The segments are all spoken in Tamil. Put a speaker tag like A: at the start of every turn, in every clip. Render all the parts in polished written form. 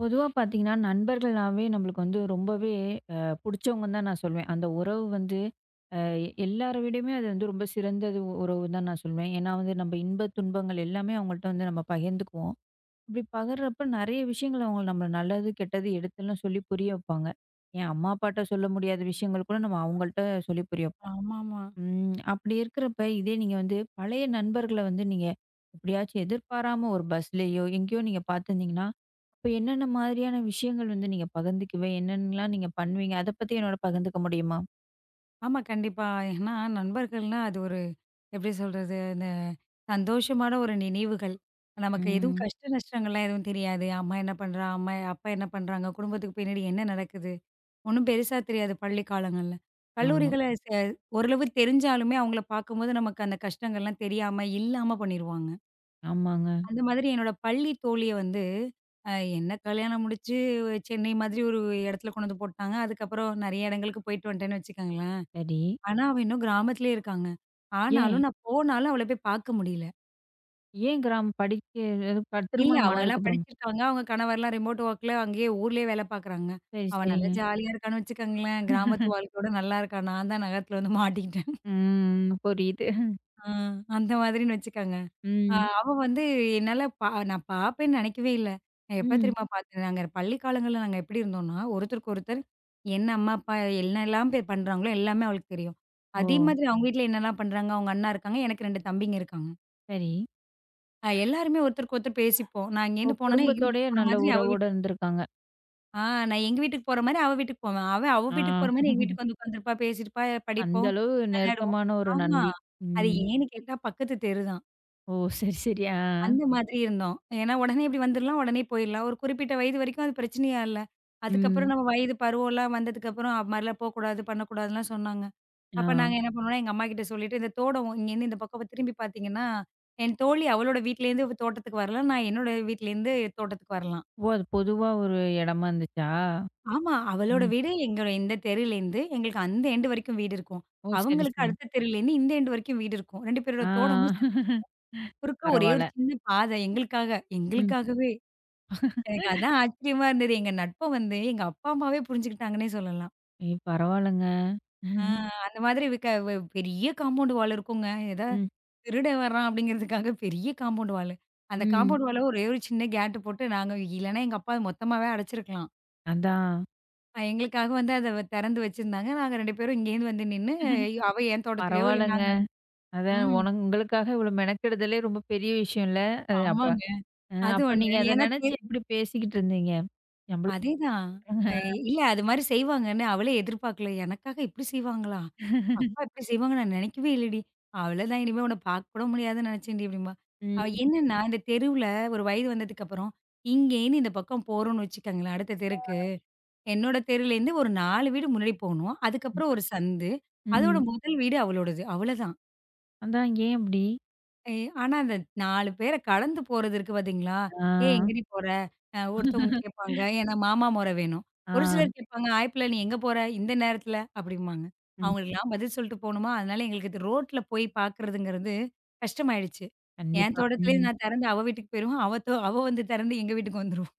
A: பொதுவா பார்த்தீங்கன்னா, நண்பர்கள்னாவே நம்மளுக்கு வந்து ரொம்பவே புடிச்சவங்கன்னு தான் நான் சொல்வேன். அந்த உறவு வந்து அ எல்லார விடையுமே அது வந்து ரொம்ப சிறந்தது உறவுன்னு தான் நான் சொல்வேன். ஏன்னா வந்து நம்ம இன்ப, துன்பங்கள் எல்லாமே அவங்கள்ட்ட வந்து நம்ம பகிர்ந்துக்குவோம். அப்படி பகிர்றப்ப நெறைய விஷயங்கள் அவங்க நம்ம நல்லது, கெட்டது எடுத்தெல்லாம் சொல்லி புரிய வைப்பாங்க. என் அம்மா, அப்பாட்ட சொல்ல முடியாத விஷயங்கள் கூட நம்ம அவங்கள்ட்ட சொல்லி புரிய வைப்போம்.
B: ஆமாமா.
A: ம். அப்படி இருக்கிறப்ப, இதே நீங்க வந்து பழைய நண்பர்கள வந்து நீங்க எப்படியாச்சும் எதிர்பாராம ஒரு பஸ்லயோ, எங்கேயோ நீங்க பார்த்துருந்தீங்கன்னா, அப்ப என்னென்ன மாதிரியான விஷயங்கள் வந்து நீங்க பகிர்ந்துக்குவ? என்னென்னலாம் நீங்க பண்ணுவீங்க? அத பத்தி என்னோட பகிர்ந்துக்க முடியுமா?
B: ஆமா, கண்டிப்பா. ஏன்னா நண்பர்கள்னா அது ஒரு எப்படி சொல்றது? இந்த சந்தோஷமான ஒரு நினைவுகள். நமக்கு எதுவும்
A: ம்.
B: கஷ்ட நஷ்டங்கள்லாம் எதுவும் தெரியாது. அம்மா என்ன பண்றா? அம்மா அப்பா என்ன பண்றாங்க? குடும்பத்துக்கு பின்னாடி என்ன நடக்குது? ஒண்ணும் பெருசா தெரியாது பள்ளி காலங்கள்ல.
A: ஆமா.
B: கல்லூரிகள ச ஓரளவு தெரிஞ்சாலுமே அவங்கள பார்க்கும்போது நமக்கு அந்த கஷ்டங்கள்லாம் தெரியாம, இல்லாம பண்ணிருவாங்க.
A: ஆமாங்க.
B: அந்த மாதிரி என்னோட பள்ளி தோழிய வந்து அ என்ன கல்யாணம் முடிச்சு சென்னை மாதிரி ஒரு இடத்துல கொண்டு வந்து போட்டாங்க. அதுக்கப்புறம் நெறைய இடங்களுக்கு போயிட்டு வந்துட்டேன்னு வச்சுக்கோங்களேன்.
A: சரி.
B: ஆனா, அவ இன்னும் கிராமத்திலேயே இருக்காங்க.
A: ஏன்?
B: ஆனாலும் நான் போனாலும் அவள போய் பார்க்க முடியல.
A: ஏன் கிராமம்? படிக்க அது
B: இல்ல
A: திருமணம் ஆனதுக்கு
B: அவங்கலாம்
A: அப்புறமா?
B: படிச்சிருக்காங்க. அவங்க கணவர்லாம் ரிமோட் ஒர்க்ல அங்கேயே ஊர்லயே வேலை பார்க்குறாங்க.
A: சரி,
B: அவ நல்லா
A: சரிங்க.
B: ஜாலியா இருக்கான்னு வச்சுக்கோங்களேன். கிராமத்து வாழ்க்கையோட நல்லா இருக்கா. நான் தான் நகரத்துல வந்து மாட்டிக்கிட்டேன்.
A: ம். புரியுது.
B: ஆ அந்த மாதிரின்னு வச்சுக்கோங்க.
A: ம்.
B: அவ வந்து என்னால பா நான் பார்ப்பேன்னு நினைக்கவே இல்ல. நான் எப்ப
A: ம்.
B: தெரியுமா பார்த்தேன், நாங்க பள்ளி காலங்கள்ல நாங்க எப்படி இருந்தோம்னா, ஒருத்தருக்கு ஒருத்தர் என்ன அம்மா, அப்பா என்னலாம் பண்றாங்களோ எல்லாமே அவளுக்கு தெரியும்.
A: ஓ!
B: அதே மாதிரி அவங்க வீட்ல என்னலாம் பண்றாங்க, அவங்க அண்ணா இருக்காங்க. எனக்கு 2 தம்பிங்க இருக்காங்க.
A: சரி.
B: எல்லாருமே ஒருத்தருக்கு ஒருத்தர் பேசிப்போம். நான்
A: ஓ!
B: இங்கேருந்து போனோனே எங்க
A: குடும்பத்தோடயே
B: வீட்டுக்கு போற
A: நல்ல
B: மாதிரி அவ
A: உறவோட
B: வீட்டுக்கு
A: இருந்திருக்காங்க.
B: ஆ நான் எங்க வீட்டுக்கு போற மாரி அவ வீட்டுக்கு போவேன். அவ அவ
A: ஆ.
B: வீட்டுக்கு போற மாரி எங்க வீட்டுக்கு வந்து உட்காந்துருப்பா, பேசிருப்பா,
A: அந்த
B: படிப்போம்,
A: அளவு
B: விளையாடுவோம்.
A: நெருக்கமான ஒரு
B: ஆமா.
A: நண்பி.
B: அது
A: ம்.
B: ஏன்னு கேட்டா பக்கத்து தெரு தான்.
A: ஓ! சரி, சரி. ஆ.
B: அந்த மாதிரி இருந்தோம். ஏன்னா உடனே இப்படி வந்துர்லாம், உடனே போயிர்லாம். ஒரு குறிப்பிட்ட வயது வரைக்கும் அது பிரச்சனையா இல்ல. அதுக்கப்புறம்
A: ம்.
B: நம்ம வயது பருவம்லாம் வந்ததுக்கப்புறம், அது மாரிலாம் போக்கூடாது, பண்ணக்கூடாதுன்லாம் சொன்னாங்க.
A: ஆ.
B: அப்ப நாங்க என்ன பண்ணுவோம்னா, எங்க அம்மாகிட்ட சொல்லிட்டு, இந்த தோடம் இங்கேருந்து இந்த பக்கம் திரும்பி பார்த்தீங்கன்னா, என் தோழி அவளோட வீட்லேருந்து தோட்டத்துக்கு வரலாம். நான் என்னோட வீட்லேருந்து தோட்டத்துக்கு வரலாம்.
A: ஓ! அது பொதுவா ஒரு இடமா இருந்துச்சா?
B: ஆமா. அவளோட
A: ம்.
B: வீடு எங்களோட இந்த தெருலேருந்து எங்களுக்கு அந்த எண்டு வரைக்கும் வீடு இருக்கும்.
A: ஓ! சரி,
B: அவங்களுக்கு
A: சரி.
B: அடுத்த தெருலேருந்து இந்த எண்டு வரைக்கும் வீடு இருக்கும். 2 பேரோட
A: ஆ.
B: தோட்டமும் சந்திச்சு குறுக்க ஒரே ஒரு
A: பரவால்ல.
B: சின்ன பாதை எங்களுக்காக,
A: ம்.
B: எங்களுக்காகவே. எனக்கு அதான் ஆச்சரியமா இருந்தது. எங்க நட்ப வந்து எங்க அப்பா, அம்மாவே புரிஞ்சுக்கிட்டாங்கன்னே சொல்லலாம்.
A: ஏய் பரவால்லங்க.
B: ஆ அந்த மாதிரி விக்க வ பெரிய காம்பவுண்ட் வால் இருக்குங்க.
A: ம்.
B: திருடன் வர்றான் அப்படிங்கிறதுக்காக பெரிய காம்பவுண்ட் வாலு. அந்த
A: ம்.
B: காம்பவுண்ட் வால ஒரே ஒரு சின்ன கேட் போட்டு நாங்க இல்லன்னா எங்க அப்பா மொத்தமாவே அடைச்சிருக்கலாம்.
A: அதான்.
B: எங்களுக்காக வந்து அத திறந்து வச்சிருந்தாங்க. நாங்க 2 பேரும் இங்கேருந்து வந்து நின்னு, அவ என் தோட்டத்திலயோ இல்ல
A: பரவால்லங்க.
B: நாங்க
A: அதான்
B: ம்.
A: உங்களுக்காக இவ்வளோ மெனக்கெடுதலே ரொம்ப பெரிய விஷயம்ல. அது அப்ப
B: ஆமாங்க. அது
A: அப்ப
B: ஒண்ணு.
A: நீங்க அத
B: ஏன்னா தெ
A: நினைச்சு எப்படி பேசிக்கிட்டு இருந்தீங்க? நம்மளுக்கு
B: அதேதான். அ இல்ல அது மாரி செய்வாங்கன்னு அவளே எதிர்பார்க்கல. எனக்காக இப்டி செய்வாங்களா? அப்பா இப்டி செய்வாங்கன்னு நான் நெனைக்கவே இல்லடி. அவ்வளதான் இனிமே உன்ன பார்க்க கூட முடியாதுன்னு நெனச்சேன்டி அப்டிம்பா. அவ
A: ம்.
B: என்னன்னா இந்த தெருவுல ஒரு வயது வந்ததுக்கப்புறம், இங்கேருந்து இந்த பக்கம் போறோம்னு வச்சுக்கோங்களேன் அடுத்த தெருக்கு. என்னோட தெருலேருந்து ஒரு 4 வீடு முன்னாடி போணும். அதுக்கப்புறம் ஒரு சந்து. அதோட
A: ம்.
B: முதல் வீடு அவளோடது. அவ்வளதான்.
A: அதான் ஏன் அப்படி?
B: ஏ ஆனா, அந்த 4 பேர கடந்து போறது இருக்கு பார்த்தீங்களா?
A: ஆ.
B: "ஏய் எங்கடி போற?" ஒருத்தவங்க கேட்பாங்க. ஏன்னா மாமா மொற வேணும்.
A: ஆ.
B: ஒரு சிலர் கேட்பாங்க, "ஆய் பிள்ள நீ எங்க போற? இந்த நேரத்தில?" அப்படிம்பாங்க.
A: ம்.
B: அவங்களுக்கெல்லாம் பதில் சொல்லிட்டு போணுமா, அதனால எங்களுக்கு இது ரோட்ல போய் பார்க்கறதுங்கிறது கஷ்டமாயிடுச்சு. என்
A: கண்டிப்பா.
B: தோட்டத்திலேயே
A: ம்.
B: நான் தெறந்து அவ வீட்டுக்கு போயிருவேன். அவ வந்து தெறந்து எங்க வீட்டுக்கு வந்துருவா.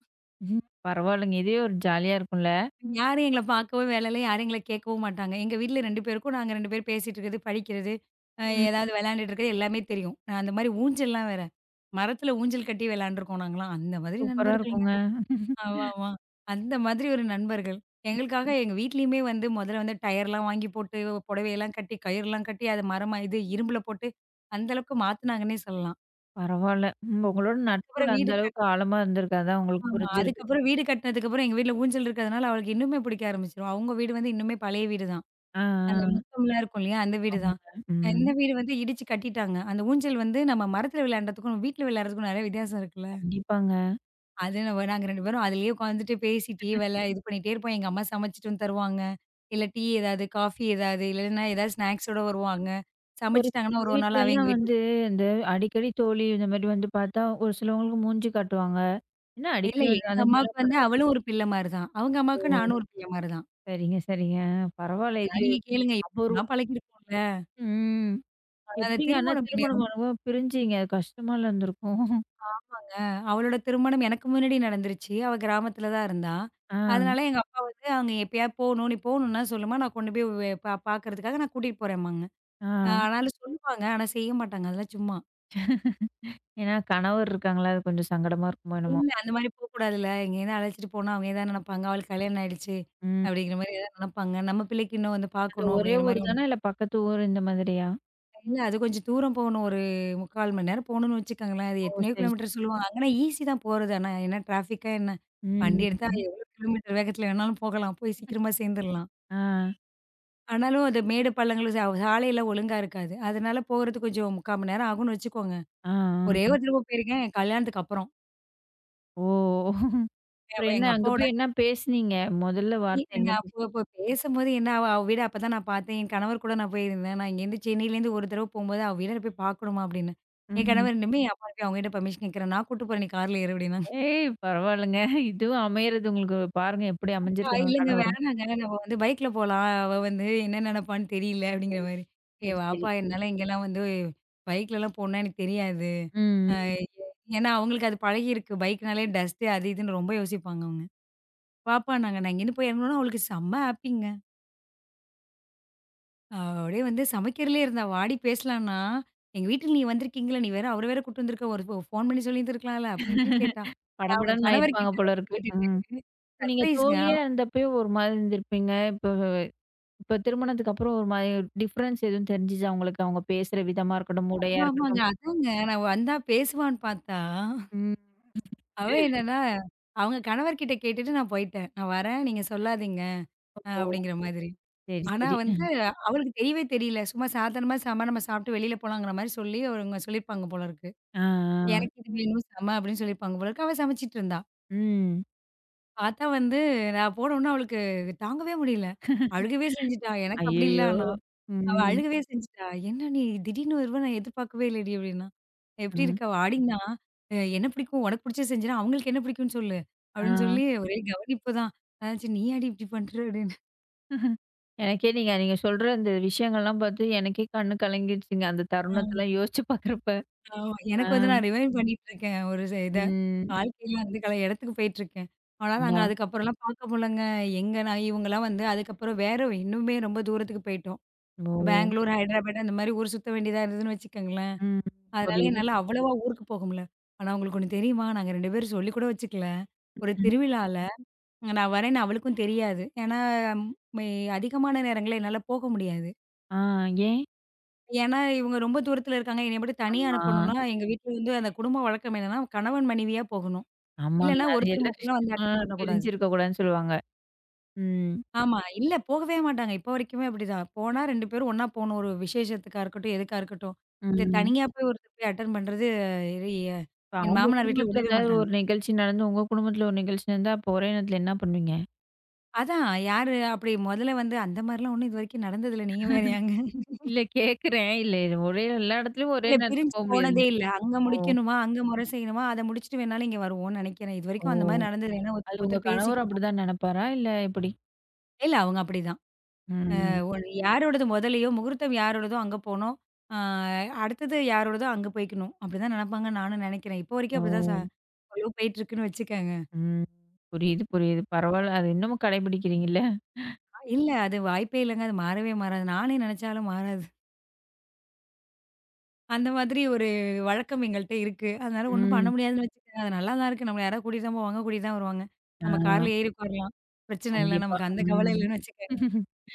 A: ம். பரவாயில்லங்க. இதே ஒரு ஜாலியா இருக்கும்ல?
B: யாரும் எங்கள பார்க்கவும் வேல இல்ல. யாரும் எங்கள கேட்கவும் மாட்டாங்க. எங்க வீட்ல 2 பேருக்கும் நாங்க 2 பேரும் பேசிட்டு இருக்கிறது, படிக்கிறது,
A: ம்.
B: ஏதாவது விளையாண்டுட்டு இருக்கிறது எல்லாமே தெரியும். நான் அந்த மாரி ஊஞ்சல்லாம் வேற. மரத்துல ஊஞ்சல் கட்டி விளையாண்டுருக்கோம் நாங்கலாம். அந்த மாதிரி
A: சூப்பரா
B: நண்பர்கள்ங்க.
A: இருக்குங்க.
B: ஆமா, ஆமா. அந்த மாதிரி ஒரு நண்பர்கள். எங்களுக்காக எங்க வீட்லயுமே வந்து முதல்ல வந்து டயர்லாம் வாங்கி போட்டு, புடவையெல்லாம் கட்டி, கயிறுலாம் கட்டி, அது மரமா இது இரும்புல போட்டு, அந்த அளவுக்கு மாத்துனாங்கன்னே சொல்லலாம்.
A: பரவால்ல. ம். உங்களோட நட்பு
B: அதுக்கப்புறம்
A: அந்த
B: வீடு கட்
A: அளவுக்கு ஆழமா இருந்திருக்கு. அதான் உங்களுக்கு
B: ஆமா.
A: புரிஞ்சிருக்கு.
B: அதுக்கப்புறம் வீடு கட்டினதுக்கப்புறம் எங்க வீட்ல ஊஞ்சல் இருக்கிறதுனால அவளுக்கு இன்னுமே பிடிக்க ஆரம்பிச்சுரும். அவங்க வீடு வந்து இன்னுமே பழைய வீடு தான்.
A: ஆ,
B: அந்த
A: ஆ.
B: முத்தம்லாம் இருக்கும் இல்லையா? அந்த வீடு தான்.
A: ஆமாங்க. ம்.
B: இந்த வீடு வந்து இடிச்சு கட்டிட்டாங்க. அந்த ஊஞ்சல் வந்து நம்ம மரத்துல விளையாண்டதுக்கும், வீட்ல விளையாடுறதுக்கும் நெறைய வித்தியாசம் இருக்குல்ல.
A: கண்டிப்பாங்க.
B: அது நம்ம நாங்க 2 பேரும் அதிலேயே உட்காந்துட்டு பேசிட்டே வெள இது பண்ணிட்டே இருப்போம். எங்க அம்மா சமைச்சுட்டு வந்து தருவாங்க. இல்ல டீ ஏதாவது, காஃபி ஏதாவது, இல்லன்னா ஏதாவது ஸ்நாக்ஸோட வருவாங்க.
A: ஒரு
B: சமைச்சுட்டாங்கன்னா
A: சில
B: ஒரு ஒரு நாள் அவ எங்க
A: வீட்லலாம்
B: வீட்ல
A: வந்து இந்த அடிக்கடி தோழி இந்த மாரி வந்து பார்த்தா, ஒரு சிலவங்களுக்கு மூஞ்சி காட்டுவாங்க. ஏன்னா
B: இல்ல
A: அடிக்கடி வந்து
B: எங்க
A: அந்த
B: அம்மாவுக்கு
A: மாரிலாம்
B: வந்து
A: பண்ணுவாங்க.
B: அவளும் ஒரு பிள்ளை மாரி தான். அவங்க
A: ஓ!
B: அம்மாவுக்கு நானும் ஒரு பிள்ளை மாரி தான்.
A: சரிங்க, சரிங்க. பரவால்ல.
B: ஆனா
A: இது
B: நீங்க கேளுங்க இப்படிலாம்
A: அபூர்வம்.
B: பழகிருக்கோம்ல.
A: ம்.
B: அதான் அந்த
A: எப்படிங்க ஆனா
B: திருமணம்
A: திருமணம் ஆனவும் பிரிஞ்சீங்க? அது கஷ்டமால இருந்திருக்கும்.
B: அவளோட திருமணம் எனக்கு முன்னாடி நடந்துருச்சு. அவ கிராமத்துல தான் இருந்தா.
A: ஆ,
B: அதனால எங்க அப்பா வந்து "அங்க எப்பயாவது போணும். நீ போணும்னா சொல்லும்மா, நான் கொண்டு போய் வே பா பாக்குறதுக்காக நான் கூட்டிட்டு போறேம்பாங்க."
A: ஆ.
B: ஆனாலும் சொல்லுவாங்க. ஆனா செய்ய மாட்டாங்க. அதெல்லாம் சும்மா.
A: ஏன்னா கணவர் இருக்காங்களா? அது கொஞ்சம் சங்கடமா இருக்குமோ என்னமோ?
B: "இல்ல அந்த மாரி போக்கூடாதுல்ல. எங்கேயாவது அழைச்சிட்டு போனா அவங்க எதாவது நெனைப்பாங்க. அவளுக்கு கல்யாணம் ஆயிடுச்சு."
A: ம்.
B: அப்படிங்கிற மாரி ஏதாவது நெனைப்பாங்க. நம்ம பிள்ளைக்கு இன்னும் வந்து
A: அந்த
B: பாக்கணும்
A: ஒரே
B: அப்படிங்கிற
A: ஊர்
B: மாரி ஒண்ணு
A: தானா? இல்ல பக்கத்து ஊர் இந்த மாதிரியா?
B: இல்ல அது கொஞ்சம் தூரம் போகணும். ஒரு 3/4 மணி நேரம் போகணும்னு வச்சுக்கோங்களேன். அது
A: ஓ!
B: எத்தனையோ
A: சரி, சரி.
B: கிலோமீட்டர் சொல்லுவாங்க. அங்கன்னா ஈஸி தான் போறது. ஆனா என்ன டிராஃபிக்கா என்ன? வண்டி
A: ம்.
B: எடுத்தா எவ்வளோ கிலோமீட்டர் வேகத்துல வேணாலும் போகலாம். போய் சீக்கிரமா சேர்ந்துரலாம்.
A: ஆ,
B: ஆனாலும் அந்த மேடு பள்ளங்கள் சாலையெல்லாம் ஒழுங்கா இருக்காது. அதனால போறது கொஞ்சம் 3/4 மணி நேரம் ஆகும்னு வச்சுக்கோங்க.
A: ஆ,
B: ஒரே
A: ஆ.
B: ஒரு தடவ போயிருக்கேன் என் கல்யாணத்துக்கு அப்புறம்.
A: ஓ!
B: எ
A: அப்புறம் என்ன
B: எங்க
A: அங்க
B: அப்பாவோட
A: போய் என்ன பேசுனீங்க? முதல்ல
B: இல்ல,
A: வார்த்தை என்ன
B: நான்
A: பேசு
B: அப்போ அப்போ பேசும்போது என்ன அவ அவ வீட அப்பதான் நான் பார்த்தேன். என் கணவர் கூட நான் போயிருந்தேன். நான் இங்கேருந்து சென்னையிலேருந்து ஒரு தடவ போம்போது, "அவ வீட போய் பார்க்கணுமா?" அப்படின்னு. என்
A: ம்.
B: கணவர் "இனிமே அப்பா போய் அவங்ககிட்ட பர்மிஷன் கேட்கிறேன். நான் கூட்டு போறேன். நீ கார்ல ஏறு" அப்படின்னாங்க.
A: ஏய்! பரவால்லங்க. இதுவும் அமையறது உங்களுக்கு பாருங்க எப்படி
B: "ஆ
A: அமைஞ்சிருக்காங்க
B: இல்லைங்க
A: கணவரும்.
B: வேணாங்க. நம்ம வந்து பைக்ல போலாம். அவ வந்து என்ன நினைப்பான்னு தெரியல"
A: ஓ!
B: அப்படிங்கிற மாரி.
A: சரி,
B: "ஏய்
A: சரி.
B: வாப்பா! என்னால இங்கேலாம் வந்து பைக்லலாம் போனா எனக்கு தெரியாது. அ
A: ம், ம்.
B: ஏன்னா அவங்களுக்கு அது பழகியிருக்கு. பைக்னாலே டஸ்ட்டு அது இதுன்னு ரொம்ப யோசிப்பாங்க அவங்க. வாப்பான்னாங்க. நான் இங்கேருந்து போய் இறங்குனோன அவளுக்கு செம்ம ஹாப்பிங்க. அவ அப்படியே வந்து சமைக்கிறதுலயே இருந்தா, வாடி பேசலான்னா, "எங்க வீட்டுக்கு நீ வந்திருக்கீங்கல்ல, நீ வேற அவர வேற கூட்டு வந்திருக்க, ஒரு ஃபோன் பண்ணி சொல்லியிருந்திருக்கலாம்ல" அப்படி இப்படின்னு கேட்டா. நான் அவங்க
A: படபடன்னு ஆயிருப்பாங்க
B: கணவர்கிட்ட
A: போல
B: வந்து
A: இருக்கு. ம்.
B: கேட்டுட்டு,
A: நீங்க
B: சர்ப்ரைஸ்ங்க.
A: தோழியா
B: அவ
A: இருந்தப்பயும் ஒரு மாதிரி இருந்திருப்பீங்க. இப்ப இப்ப திருமணத்துக்கு அப்புறம் ஒரு மாதிரி டிஃபரன்ஸ் எதுவும் தெரிஞ்சுச்சா உங்களுக்கு? அவங்க பேசுற விதமா இருக்கட்டும், உடையா
B: ஆமா, ஆமாங்க.
A: இருக்கட்டும்.
B: அதாங்க நான் வந்தா பேசுவான்னு பார்த்தா,
A: ம்.
B: அவ என்னன்னா, அவங்க கணவர்கிட்ட கேட்டுட்டு நான் போயிட்டேன். "நான் வரேன், நீங்க சொல்லாதீங்க"
A: ஓ!
B: அப்படிங்கிற மாதிரி.
A: சரி,
B: ஆனா
A: சரி.
B: வந்து அவளுக்கு தெரியவே தெரியல. சும்மா சாதாரணமா "செம நம்ம சாப்பிட்டு வெளியில போலாங்கிற" மாரி சொல்லி அவங்க சொல்லியிருப்பாங்க போல இருக்கு.
A: ஆ, ஆ.
B: "எனக்கு இது வேணும் செம" அப்படின்னு சொல்லியிருப்பாங்க போல இருக்கு. அவ சமைச்சிட்டு இருந்தா.
A: ம்.
B: பார்த்தா வந்து நான் போனோனே அவளுக்கு தாங்கவே முடியல. அழுகவே செஞ்சுட்டா. எனக்கு அப்படி இல்ல
A: ஐயய்யோ!
B: ஆனா. அவ
A: ம்.
B: அழுகவே செஞ்சுட்டா. "என்ன நீ திடீர்னு வருவ நான் எதிர்பார்க்கவே இல்லடி" அப்படின்னா. "எப்படி
A: ம்.
B: இருக்க?" அவ ஆடினா. "அ என்ன பிடிக்கும்? உனக்கு பிடிச்சது செஞ்சுரு. அவங்களுக்கு என்ன பிடிக்கும்னு சொல்லு."
A: ஆ.
B: அப்படின்னு சொல்லி ஒரே கவனிப்பு தான். நான் சரி நீயாடி இப்படி பண்ற? அப்படின்னு.
A: எனக்கே நீங்க நீங்க சொல்ற இந்த விஷயங்கள்லாம் பார்த்து எனக்கே கண்ணு கலங்கிடுச்சுங்க. அந்த
B: ஆ
A: தருணத்தலாம் யோசிச்சு பார்க்குறப்ப.
B: ஆமா.
A: ஆ.
B: எனக்கு வந்து நான் ரிவைண்ட் பண்ணிட்டு இருக்கேன். ஒரு ச இத.
A: ம்.
B: வாழ்க்கையில வந்து இடத்துக்கு போயிட்டுருக்கேன். ஆனா நாங்க
A: அதான்.
B: அதுக்கப்புறம்லாம் பார்க்க முடியலங்க. எங்க நான் இவங்கலாம் வந்து அதுக்கப்புறம் வேற இன்னுமே ரொம்ப தூரத்துக்கு போயிட்டோம்.
A: ஓ!
B: பெங்களூர், ஹைதராபாட் அந்த மாரி ஊர் சுத்த வேண்டியதா இருந்ததுன்னு வச்சுக்கோங்களேன்.
A: ம்.
B: அதனால
A: புரியுது.
B: என்னால அவ்வளவா ஊருக்கு போக முடில. ஆனா உங்களுக்கு ஒண்ணு தெரியுமா? நாங்க 2 பேரும் சொல்லிக் கூட வச்சுக்கல. ஒரு
A: ம்.
B: திருவிழால நான் வரேன்னு அவளுக்கும் தெரியாது. ஏன்னா, ம், மே அதிகமான நேரங்கள்ல என்னால போக முடியாது.
A: ஆ. ஏன்?
B: ஏன்னா, இவங்க ரொம்ப தூரத்துல இருக்காங்க. என்னைய மட்டும் தனியா
A: ஆமா.
B: அனுப்பணும்னா, எங்க வீட்ல வந்து அந்த குடும்ப வழக்கம் என்னன்னா, கணவன் மனைவியா போகணும்.
A: ஆமாங்க.
B: இல்லன்னா
A: அது
B: ஒருத்தர்
A: எல்லா
B: மட்டும் தான் வந்து
A: விஷயமும் ஆ.
B: அட்டெண்ட் பண்ணக்கூடாது.
A: பிரிஞ்சிருக்க கூடாதுன்னு சொல்லுவாங்க. ம்.
B: ஆமா. இல்ல போகவே மாட்டாங்க. இப்போ வரைக்குமே அப்படிதான். போனா 2 பேரும் ஒண்ணா போணும். ஒரு விசேஷத்துக்கா இருக்கட்டும், எதுக்கா இருக்கட்டும். இந்த
A: ம்.
B: தனியா போய் ஒருத்தர் போய் அட்டெண்ட் பண்றது இது எ
A: இப்ப
B: என்
A: அவங்க
B: மாமனார் வீட்ல
A: குடும்பத்துல
B: விடவே
A: ஏதாவது
B: மாட்டாங்க.
A: ஒரு நிகழ்ச்சி நடந்து, உங்க குடும்பத்துல ஒரு நிகழ்ச்சி நடந்தா, அப்போ ஒரே நேரத்துல என்ன பண்ணுவீங்க?
B: அதான் யாரு அப்படி முதல்ல வந்து அந்த மாரிலாம் ஒண்ணும் இது வரைக்கும் நடந்ததில்ல. நீங்க வேறயாங்க.
A: இல்ல கேட்கிறேன். இல்ல இது ஒரே எல்லா இடத்துலயும் ஒரே
B: இல்ல
A: நேரத்துல
B: பிரிஞ்சு
A: போ
B: போனதே
A: முடியாதுல்ல.
B: இல்ல. அங்க
A: ஓ!
B: முடிக்கணுமா, அங்க முறை செய்யணுமா, அத முடிச்சுட்டு வேணாலும் இங்க வருவோம்னு நெனைக்கிறேன். இதுவரைக்கும் அந்த மாரி
A: ஓ!
B: நடந்தது. ஏன்னா
A: அது
B: ஒருத்தருக்கு
A: உங்க
B: ஒருத்தர்
A: கணவரும்
B: பேசிக்கிறோம்.
A: அப்படிதான் நினைப்பாரா? இல்ல எப்படி?
B: இல்ல அவங்க அப்படிதான்.
A: ம்.
B: ஒண்ணு யாரோடது முதலையோ, முகூர்த்தம் யாரோடதோ அங்க போணும். ஆ அடுத்தது யாரோடதோ அங்க போய்க்கணும். அப்படிதான் நினைப்பாங்கன்னு நானும் நினைக்கிறேன். இப்போ வரைக்கும் அப்படிதான் ச
A: ஓ!
B: போயிட்டுருக்குன்னு வச்சுக்கங்க.
A: ம். புரியுது, புரியுது. பரவால்ல. அது இன்னமும் கடைபிடிக்கிறீங்கல்ல.
B: இல்ல அது வாய்ப்பே இல்லங்க. அது மாறவே மாறாது. நானே நினைச்சாலும் மாறாது. அந்த மாதிரி ஒரு வழக்கம் எங்கள்ட்ட இருக்கு. அதனால ஒண்ணும் பண்ண
A: ம்.
B: முடியாதுன்னு வச்சுக்கங்க. அது நல்லா தான் இருக்கு. நம்மள யாராவது கூட்டிட்டு தான் போவாங்க, கூட்டிட்டு தான் வருவாங்க. நம்ம
A: ஆ.
B: கார்ல ஏறி உட்காரலாம். பிரச்சனை இல்ல.
A: கண்டிப்பா.
B: நமக்கு அந்த கவலை
A: ம்.
B: இல்லன்னு வச்சுக்கங்க.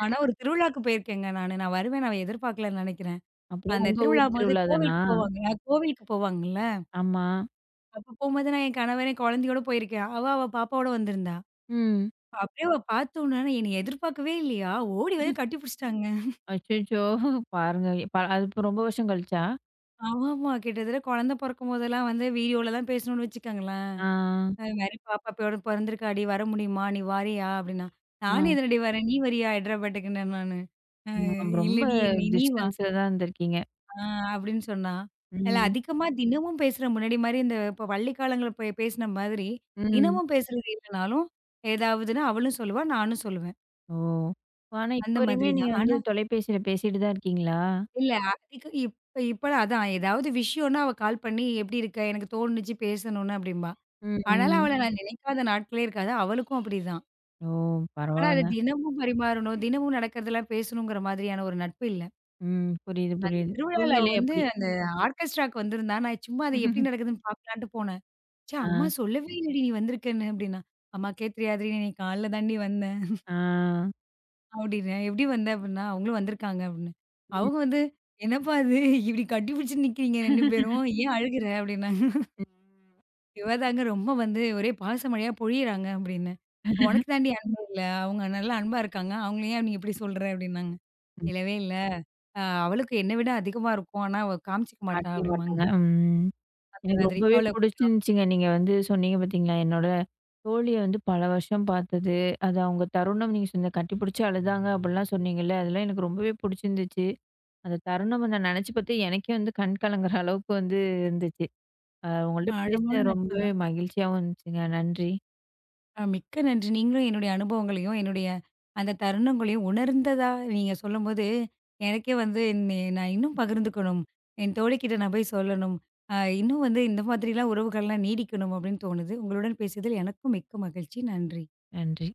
B: ஆனா ஒரு திருவிழாக்கு போயிருக்கேங்க நானு. நான் வருவேன் நான் எதிர்பார்க்கலன்னு நினைக்கிறேன்.
A: அப்படியே
B: அந்த
A: உங்க ஊர்
B: திருவிழாம்போது
A: திருவிழா தானா?
B: கோவிலுக்கு போவாங்க. கோவிலுக்கு போவாங்கல்ல.
A: ஆமா.
B: அப்ப போம்போது நான் என் கணவரே குழந்தையோட போயிருக்கேன். அவ பாப்பாவோட வந்திருந்தா.
A: ம்.
B: அப்படியே அவ பார்த்தோனே என்னைய எதிர்பார்க்கவே இல்லையா, ஓடி வந்து கட்டி பிடிச்சிட்டாங்க.
A: அச்சச்சோ! பாருங்க. அது இப்ப ரொம்ப வருஷம் கழிச்சா?
B: ஆமாமா. கிட்டத்தட்ட குழந்தை பொறக்கும்போதெல்லாம் வந்து வீடியோலலாம் பேசணும்னு வச்சுக்கோங்களேன்.
A: ஆ.
B: அது மாரி "பாப்பா இப்போட பொறந்திருக்காடி, வர முடியுமா? நீ வாரியா?" அப்படின்னா.
A: ஆ.
B: "நானும் எதுலடி வரேன், நீ வரியா ஹைட்ராபாட்டுக்குன்னேன்" நானு.
A: ஆ, ரொம்ப
B: "இல்லடி நீ நீ வா"
A: டிஸ்டன்ஸ்ல தான் இருந்திருக்கீங்க.
B: ஆ அப்படின்னு சொன்னா. இல்ல
A: ம்.
B: அதிகமா தினமும் பேசுற முன்னாடி மாரி இந்த இப்ப பள்ளி காலங்கள்ல பேசின மாதிரி,
A: ம்.
B: தினமும் பேசுறது இல்லனாலும், ஏதாவதுன்னா அவளும் சொல்லுவா, நானும் சொல்லுவேன்.
A: ஓ! ஆனா, இப்போ
B: அந்த
A: வரையுமே
B: மாதிரி
A: நீங்க
B: தான்.
A: வந்து
B: ஆனா
A: தொலைபேசியில பேசிட்டு தான் இருக்கீங்களா?
B: இல்ல அதுக்கு இப்ப இப்பலாம் அதான் ஏதாவது விஷயம்னா அவ கால் பண்ணி "எப்படி இருக்க? எனக்கு தோணுச்சு பேசணும்னு" அப்படிம்பா.
A: ம்,
B: ஆனாலும்
A: ம்.
B: அவள ம். நான் நினைக்காத நாட்களே இருக்காது. அவளுக்கும் அப்படிதான்.
A: ஓ!
B: ஆனா அது
A: பரவால்லங்க.
B: தினமும் பரிமாறணும், தினமும் நடக்கிறதெல்லாம் பேசணுங்கிற மாதிரியான ஒரு நட்பு இல்ல.
A: ம். புரியுது,
B: அந்த
A: புரியுது.
B: திருவிழால அவ
A: சூழ்நிலை
B: வந்து
A: அப்படி.
B: அந்த ஆர்கெஸ்ட்ராக்கு வந்திருந்தா, நான் சும்மா அது எப்படி நடக்குதுன்னு பார்க்கலான்ட்டு போனேன். "ச்சே!
A: ஆ,
B: அம்மா சொல்லவே இல்லடி நீ வந்திருக்கன்னு" அப்படின்னா. "அம்மாக்கே தெரியாதுடி, நான் இன்னைக்கு காலைல தான்டி வந்தேன்."
A: ஆ.
B: அப்டின்னேன். "எப்டி வந்த?" அப்டின்னா, "அவங்களும் வந்திருக்காங்க" அப்டின்னு.
A: ம்.
B: அவங்க வந்து, "என்னப்பா இது இப்டி கட்டி பிடிச்சுட்டு நிக்கிறீங்க 2 பேரும். ஏன் அழுகுற?" அப்டின்னாங்க. "இவ தாங்க ரொம்ப வந்து ஒரே பாச மழையா பொழியிறாங்க" அப்டின்னேன். "உனக்கு தாண்டி அன்பு இல்ல. அவங்க நல்லா அன்பா இருக்காங்க. அவங்கள ஏன் நீ இப்டி சொல்ற?" அப்டின்னாங்க.
A: ம்.
B: "இல்லவே இல்ல. அவளுக்கு என்ன விட அதிகமா இருக்கும். ஆனா, அவ காமிச்சுக்க மாட்டா"
A: காட்டிக்க
B: அப்டிம்பாங்க.
A: மாட்டாங்க. ம்.
B: அந்த
A: எனக்கு
B: மாதிரி.
A: ரொம்பவே
B: அவள கொஞ்சம்
A: புடிச்சிருந்துச்சுங்க. நீங்க வந்து சொன்னீங்க பார்த்தீங்களா? என்னோட தோழிய வந்து பல வருஷம் பார்த்தது. அது அவங்க தருணம் நீங்க சொன்ன கட்டிப்பிடிச்சு அழுதாங்க அப்படிலாம் சொன்னீங்கல்ல. அதெல்லாம் எனக்கு ரொம்பவே புடிச்சிருந்துச்சு. அந்த தருணம் நான் நெனச்சு பார்த்தேன் எனக்கே வந்து கண் கலங்குற அளவுக்கு வந்து இருந்துச்சு. உங்கள்ட்ட
B: ஆழமான
A: பேச
B: நட்பு
A: ரொம்பவே மகிழ்ச்சியாவும் இருந்துச்சுங்க. நன்றி,
B: மிக்க நன்றி. நீங்களும் என்னுடைய அனுபவங்களையும், என்னுடைய அந்த தருணங்களையும் உணர்ந்ததா நீங்க சொல்லும்போது, எனக்கே வந்து என்னை நான் இன்னும் பகிர்ந்துக்கணும். என் தோழிக்கிட்ட நான் போய் சொல்லணும். அ இன்னும் வந்து இந்த மாதிரிலாம் உறவுகள்லாம் நீடிக்கணும் அப்படின்னு தோணுது. உங்களுடன் பேசியதில் எனக்கும் மிக்க மகிழ்ச்சி. நன்றி.
A: நன்றி.